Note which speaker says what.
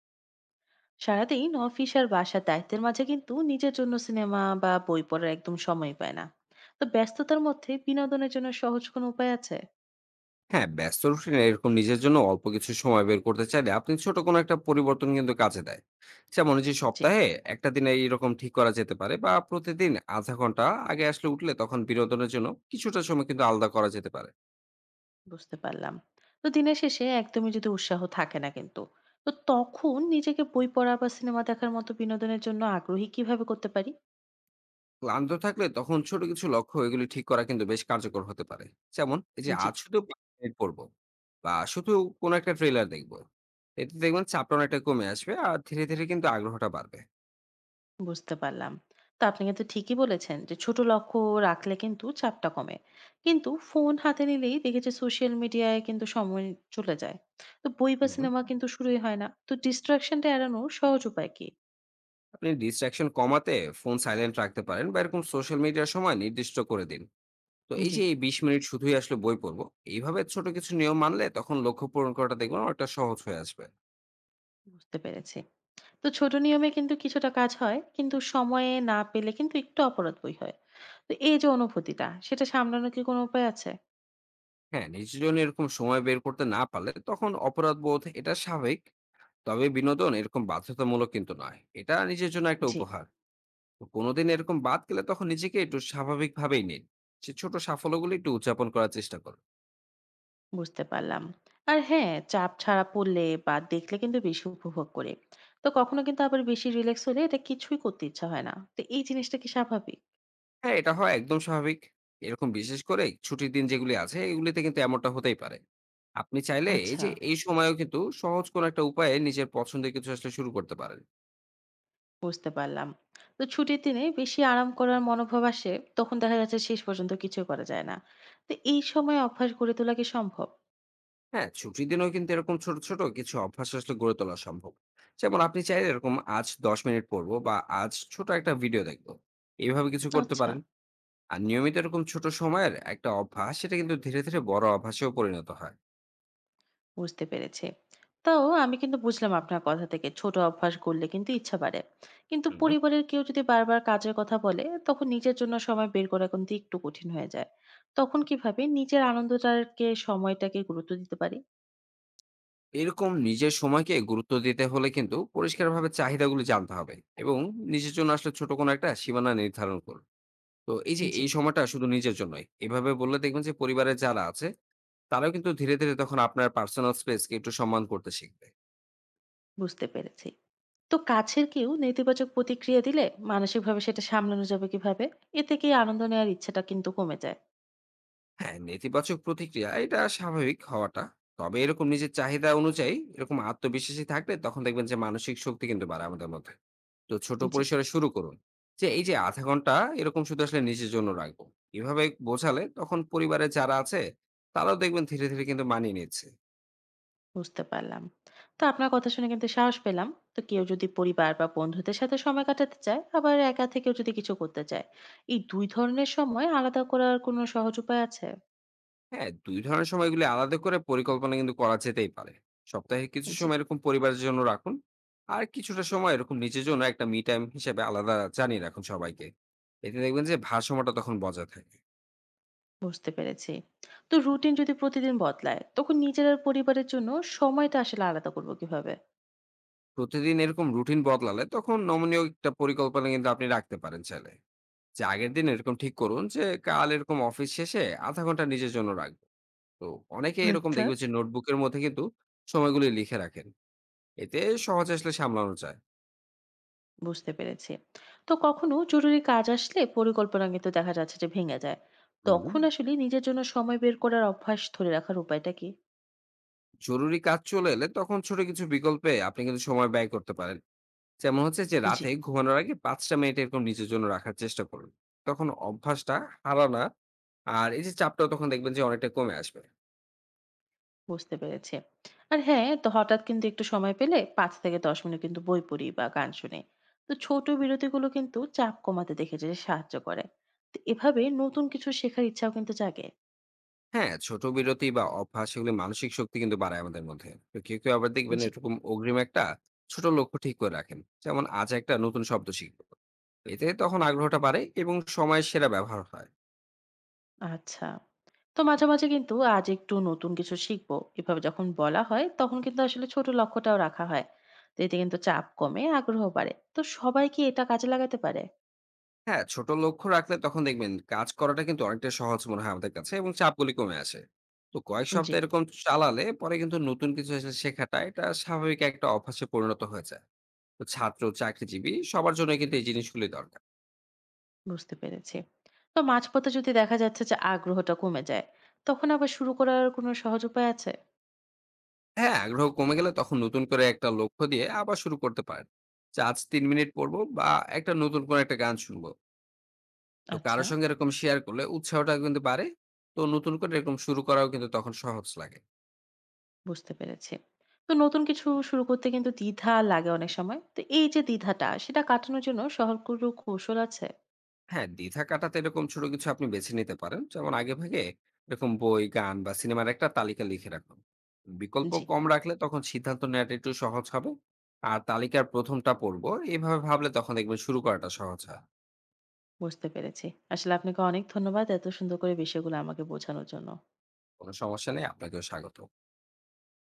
Speaker 1: সারাদিন অফিস আর বাসার দায়িত্বের মাঝে কিন্তু নিজের জন্য সিনেমা বা বই পড়ার একদম সময় পায় না। তো ব্যস্ততার মধ্যে বিনোদনের জন্য সহজ কোনো উপায় আছে?
Speaker 2: হ্যাঁ, ব্যস্ত রুটিনে এরকম নিজের জন্য অল্প কিছু সময় বের করতে চাইলে আপনি ছোট কোনো একটা পরিবর্তন কিন্তু কাজে দেয়। যেমন এই যে
Speaker 1: জি।
Speaker 2: সপ্তাহে একটা দিনে এরকম ঠিক করা যেতে পারে বা প্রতিদিন ০.৫ ঘন্টা আগে আসলে উঠলে তখন বিনোদনের জন্য কিছুটা সময় কিন্তু আলাদা করা যেতে পারে।
Speaker 1: বুঝতে পারলাম। তো দিনের শেষে একদমই যদি উৎসাহ থাকে না কিন্তু, তো তখন নিজেকে বই পড়া বা সিনেমা দেখার মতো বিনোদনের জন্য আগ্রহী কিভাবে করতে পারি?
Speaker 2: ক্লান্ত থাকলে তখন ছোট কিছু লক্ষ্য এগুলি ঠিক করা কিন্তু বেশ কার্যকর হতে পারে। যেমন এই যে
Speaker 1: জি।
Speaker 2: আজ শুধু ৫ মিনিট পড়বো বা শুধু কোনো একটা ট্রেলার দেখবো। এতে দেখবেন চাপটা অনেকটা কমে আসবে আর ধীরে, ধীরে কিন্তু আগ্রহটা বাড়বে।
Speaker 1: বুঝতে পারলাম। তো আপনি কিন্তু ঠিকই বলেছেন যে ছোট লক্ষ্য রাখলে কিন্তু চাপটা কমে, কিন্তু ফোন হাতে নিলেই দেখেছি সোশ্যাল মিডিয়ায় কিন্তু সময় চলে যায়। তো বই বা
Speaker 2: হুম।
Speaker 1: সিনেমা কিন্তু শুরুই হয় না, তো ডিস্ট্রাকশনটা এড়ানোর সহজ উপায় কি?
Speaker 2: আপনি ডিস্ট্রাকশন কমাতে ফোন সাইলেন্ট রাখতে পারেন বা এরকম সোশ্যাল মিডিয়ার সময় নির্দিষ্ট করে দিন। তো এই
Speaker 1: জি।
Speaker 2: যে এই ২০ মিনিট শুধুই আসলে বই পড়বো, এইভাবে ছোট কিছু নিয়ম মানলে তখন লক্ষ্য পূরণ করাটা দেখবেন অনেকটা সহজ হয়ে আসবে।
Speaker 1: বুঝতে পেরেছি। তো ছোট নিয়মে কিন্তু কিছুটা কাজ হয়, কিন্তু সময়ে না পেলে কিন্তু একটু অপরাধ বই হয়। তো এই যে অনুভূতিটা, সেটা সামলানোর কি কোনো উপায় আছে?
Speaker 2: হ্যাঁ, নিজের জন্য এরকম সময় বের করতে না পারলে তখন অপরাধ বোধ এটা স্বাভাবিক। তবে বিনোদন এরকম বাধ্যতামূলক কিন্তু নয়, এটা নিজের জন্য একটা
Speaker 1: জি।
Speaker 2: উপহার। তো কোনোদিন এরকম বাদ গেলে তখন নিজেকে একটু স্বাভাবিকভাবেই নিন। সে ছোট সাফল্যগুলো একটু উদযাপন করার চেষ্টা করুন।
Speaker 1: বুঝতে পারলাম। আর হ্যাঁ, চাপ ছাড়া পড়লে বা দেখলে কিন্তু বেশি উপভোগ করি। তো কখনো কিন্তু আবার বেশি রিল্যাক্স হলে এটা কিছুই করতে ইচ্ছা হয় না। তো এই জিনিসটা কি স্বাভাবিক?
Speaker 2: হ্যাঁ, এটা হওয়া একদম স্বাভাবিক। এরকম বিশেষ করে ছুটির দিন যেগুলি আছে, এগুলিতে কিন্তু এমনটা হতেই পারে। আপনি চাইলে এই
Speaker 1: আচ্ছা,
Speaker 2: যে এই সময়েও কিন্তু সহজ কোনো একটা উপায়ে নিজের পছন্দের কিছু আসলে শুরু করতে পারেন।
Speaker 1: বুঝতে পারলাম। তো ছুটির দিনে বেশি আরাম করার মনোভাব আসে, তখন দেখা যাচ্ছে শেষ পর্যন্ত কিছুই করা যায় না। তো এই সময় অভ্যাস গড়ে তোলা কি সম্ভব?
Speaker 2: হ্যাঁ, ছুটির দিনেও কিন্তু এরকম ছোট, ছোট কিছু অভ্যাস আসলে গড়ে তোলা সম্ভব। যেমন আপনি চাইলে এরকম আজ ১০ মিনিট পড়বো বা আজ ছোট একটা ভিডিও দেখবো। এভাবে কিছু করতে
Speaker 1: আচ্ছা।
Speaker 2: পারেন। আর নিয়মিত এরকম ছোট সময়ের একটা অভ্যাস সেটা কিন্তু ধীরে, ধীরে বড় অভ্যাসেও পরিণত হয়।
Speaker 1: বুঝতে পেরেছি। তো আমি কিন্তু বুঝলাম আপনার কথা থেকে ছোট অভ্যাস করলে কিন্তু ইচ্ছা বাড়ে। কিন্তু
Speaker 2: হুম।
Speaker 1: পরিবারের কেউ যদি বারবার কাজের কথা বলে তখন নিজের জন্য সময় বের করা কিন্তু একটু কঠিন হয়ে যায়। তখন কিভাবে নিজের আনন্দটাকে, সময়টাকে গুরুত্ব দিতে পারি?
Speaker 2: এরকম নিজের সময়কে গুরুত্ব দিতে হলে কিন্তু পরিষ্কারভাবে চাহিদাগুলি জানতে হবে এবং নিজের জন্য আসলে ছোট কোনো একটা সীমানা নির্ধারণ করুন। তো এই যে
Speaker 1: জি,
Speaker 2: এই সময়টা শুধু নিজের জন্যই, এভাবে বললে দেখবেন যে পরিবারের যারা আছে তারাও কিন্তু ধীরে ধীরে তখন আপনার পার্সোনাল স্পেসকে একটু সম্মান করতে শিখবে।
Speaker 1: বুঝতে পেরেছি। তো কাছের কেউ নেতিবাচক প্রতিক্রিয়া দিলে মানসিকভাবে সেটা সামলানো যাবে কিভাবে? এতে কি আনন্দ নেওয়ার ইচ্ছাটা কিন্তু কমে যায়?
Speaker 2: হ্যাঁ, নেতিবাচক প্রতিক্রিয়া এটা স্বাভাবিক হওয়াটা। তবে এরকম নিজের চাহিদা অনুযায়ী এরকম আত্মবিশ্বাসী থাকলে তখন দেখবেন যে মানসিক শক্তি কিন্তু বাড়ে আমাদের মধ্যে। তো ছোট
Speaker 1: জি।
Speaker 2: পরিসরে শুরু করুন। যে এই যে ০.৫ ঘন্টা এরকম শুধু আসলে নিজের জন্য রাখবো, এভাবে বোঝালে তখন পরিবারে যারা আছে তারাও দেখবেন ধীরে, ধীরে কিন্তু মানিয়ে নিচ্ছে।
Speaker 1: বুঝতে পারলাম। তো আপনার কথা শুনে কিন্তু সাহস পেলাম। তো কেউ যদি পরিবার বা বন্ধুদের সাথে সময় কাটাতে চায়, আবার একা থেকেও যদি কিছু করতে চায়, এই ২ ধরনের সময় আলাদা করার কোনো সহজ উপায় আছে?
Speaker 2: হ্যাঁ, ২ ধরনের সময়গুলি আলাদা করে পরিকল্পনা কিন্তু করা যেতেই পারে। সপ্তাহে কিছু
Speaker 1: জি,
Speaker 2: সময় এরকম পরিবারের জন্য রাখুন। আর কিছুটা সময় এরকম নিজের জন্য একটা মি টাইম হিসেবে আলাদা জানিয়ে রাখুন সবাইকে। এতে দেখবেন যে ভারসাম্যটা তখন বজায় থাকে।
Speaker 1: বুঝতে পেরেছি। তো রুটিন যদি প্রতিদিন বদলায়, তখন নিজের আর পরিবারের জন্য সময়টা আসলে আলাদা করব কিভাবে?
Speaker 2: প্রতিদিন এরকম রুটিন বদলালে তখন নমনীয় একটা পরিকল্পনা কিন্তু আপনি রাখতে পারেন চাইলে। যে আগের দিন এরকম ঠিক করুন যে কাল এরকম অফিস শেষে ০.৫ ঘন্টা নিজের জন্য রাখবো। তো অনেকে এরকম
Speaker 1: আচ্ছা।
Speaker 2: দেখবেন যে নোটবুকের মধ্যে কিন্তু সময়গুলি লিখে রাখেন। এতে সহজে আসলে সামলানো যায়।
Speaker 1: বুঝতে পেরেছি। তো কখনো জরুরি কাজ আসলে পরিকল্পনা কিন্তু দেখা যাচ্ছে যে ভেঙে যায়।
Speaker 2: হুম।
Speaker 1: তখন আসলে নিজের জন্য সময় বের করার অভ্যাস ধরে রাখার উপায়টা কি?
Speaker 2: জরুরি কাজ চলে এলে তখন ছোট কিছু বিকল্পে আপনি কিন্তু সময় ব্যয় করতে পারেন। যেমন হচ্ছে যে
Speaker 1: জি।
Speaker 2: রাতে ঘুমানোর আগে পাঁচটা মিনিট এরকম নিজের জন্য রাখার চেষ্টা করুন। তখন অভ্যাসটা হারানা আর এই যে চাপটাও তখন দেখবেন যে অনেকটা কমে আসবে।
Speaker 1: বুঝতে পেরেছি। আর হ্যাঁ, তো হঠাৎ কিন্তু একটু সময় পেলে ৫ থেকে ১০ মিনিট কিন্তু বই পড়ি বা গান শুনি। তো ছোট বিরতিগুলো কিন্তু চাপ কমাতে দেখেছি যে সাহায্য করে। তো এভাবে নতুন কিছু শেখার ইচ্ছাও কিন্তু জাগে।
Speaker 2: হ্যাঁ, ছোট বিরতি বা অভ্যাস এগুলি মানসিক শক্তি কিন্তু বাড়ায় আমাদের মধ্যে। তো কেউ কেউ আবার দেখবেন
Speaker 1: জি,
Speaker 2: এরকম অগ্রিম একটা ছোট লক্ষ্য ঠিক করে রাখেন, যেমন আজ একটা নতুন শব্দ শিখবো। এতে তখন আগ্রহটা বাড়ে এবং সময়ের সেরা ব্যবহার হয়।
Speaker 1: আচ্ছা। তো মাঝে, মাঝে কিন্তু আজ একটু নতুন কিছু শিখবো, এভাবে যখন বলা হয় তখন কিন্তু আসলে ছোট লক্ষ্যটাও রাখা হয়। তো এতে কিন্তু চাপ কমে, আগ্রহ বাড়ে। তো সবাই কি এটা কাজে লাগাতে পারে?
Speaker 2: হ্যাঁ, ছোট লক্ষ্য রাখলে তখন দেখবেন কাজ করাটা কিন্তু অনেকটা সহজ মনে হয় আমাদের কাছে এবং চাপগুলি কমে আসে। তো কয়েক
Speaker 1: জি।
Speaker 2: সপ্তাহ এরকম চালালে পরে কিন্তু নতুন কিছু আসলে শেখাটা এটা স্বাভাবিক একটা অভ্যাসে পরিণত হয়ে যায়। তো ছাত্র, চাকরিজীবী সবার জন্য কিন্তু এই জিনিসগুলি দরকার।
Speaker 1: বুঝতে পেরেছি। তো মাঝপথে যদি দেখা যাচ্ছে যে আগ্রহটা কমে যায়, তখন আবার শুরু করার কোনো সহজ উপায় আছে?
Speaker 2: হ্যাঁ, আগ্রহ কমে গেলে তখন নতুন করে একটা লক্ষ্য দিয়ে আবার শুরু করতে পারেন। যে আজ ৩ মিনিট পড়বো বা একটা নতুন কোনো একটা গান শুনবো। তো
Speaker 1: আচ্ছা,
Speaker 2: কারো সঙ্গে এরকম শেয়ার করলে উৎসাহটা কিন্তু বাড়ে। তো নতুন করে এরকম শুরু করাও কিন্তু তখন সহজ লাগে।
Speaker 1: বুঝতে পেরেছি। তো নতুন কিছু শুরু করতে কিন্তু দ্বিধা লাগে অনেক সময়। তো এই যে দ্বিধাটা, সেটা কাটানোর জন্য সহজ কোনো কৌশল আছে?
Speaker 2: হ্যাঁ, দ্বিধা কাটাতে এরকম ছোট কিছু আপনি বেছে নিতে পারেন। যেমন আগেভাগে এরকম বই, গান বা সিনেমার একটা তালিকা লিখে রাখুন। বিকল্প
Speaker 1: জি,
Speaker 2: কম রাখলে তখন সিদ্ধান্ত নেওয়াটা একটু সহজ হবে। আর তালিকার ১ম টা পড়বো, এভাবে ভাবলে তখন দেখবেন শুরু করাটা সহজ হয়।
Speaker 1: বুঝতে পেরেছি। আসলে আপনাকে অনেক ধন্যবাদ এত সুন্দর করে বিষয়গুলো আমাকে বোঝানোর জন্য।
Speaker 2: কোনো সমস্যা নেই। আপনাকেও স্বাগত।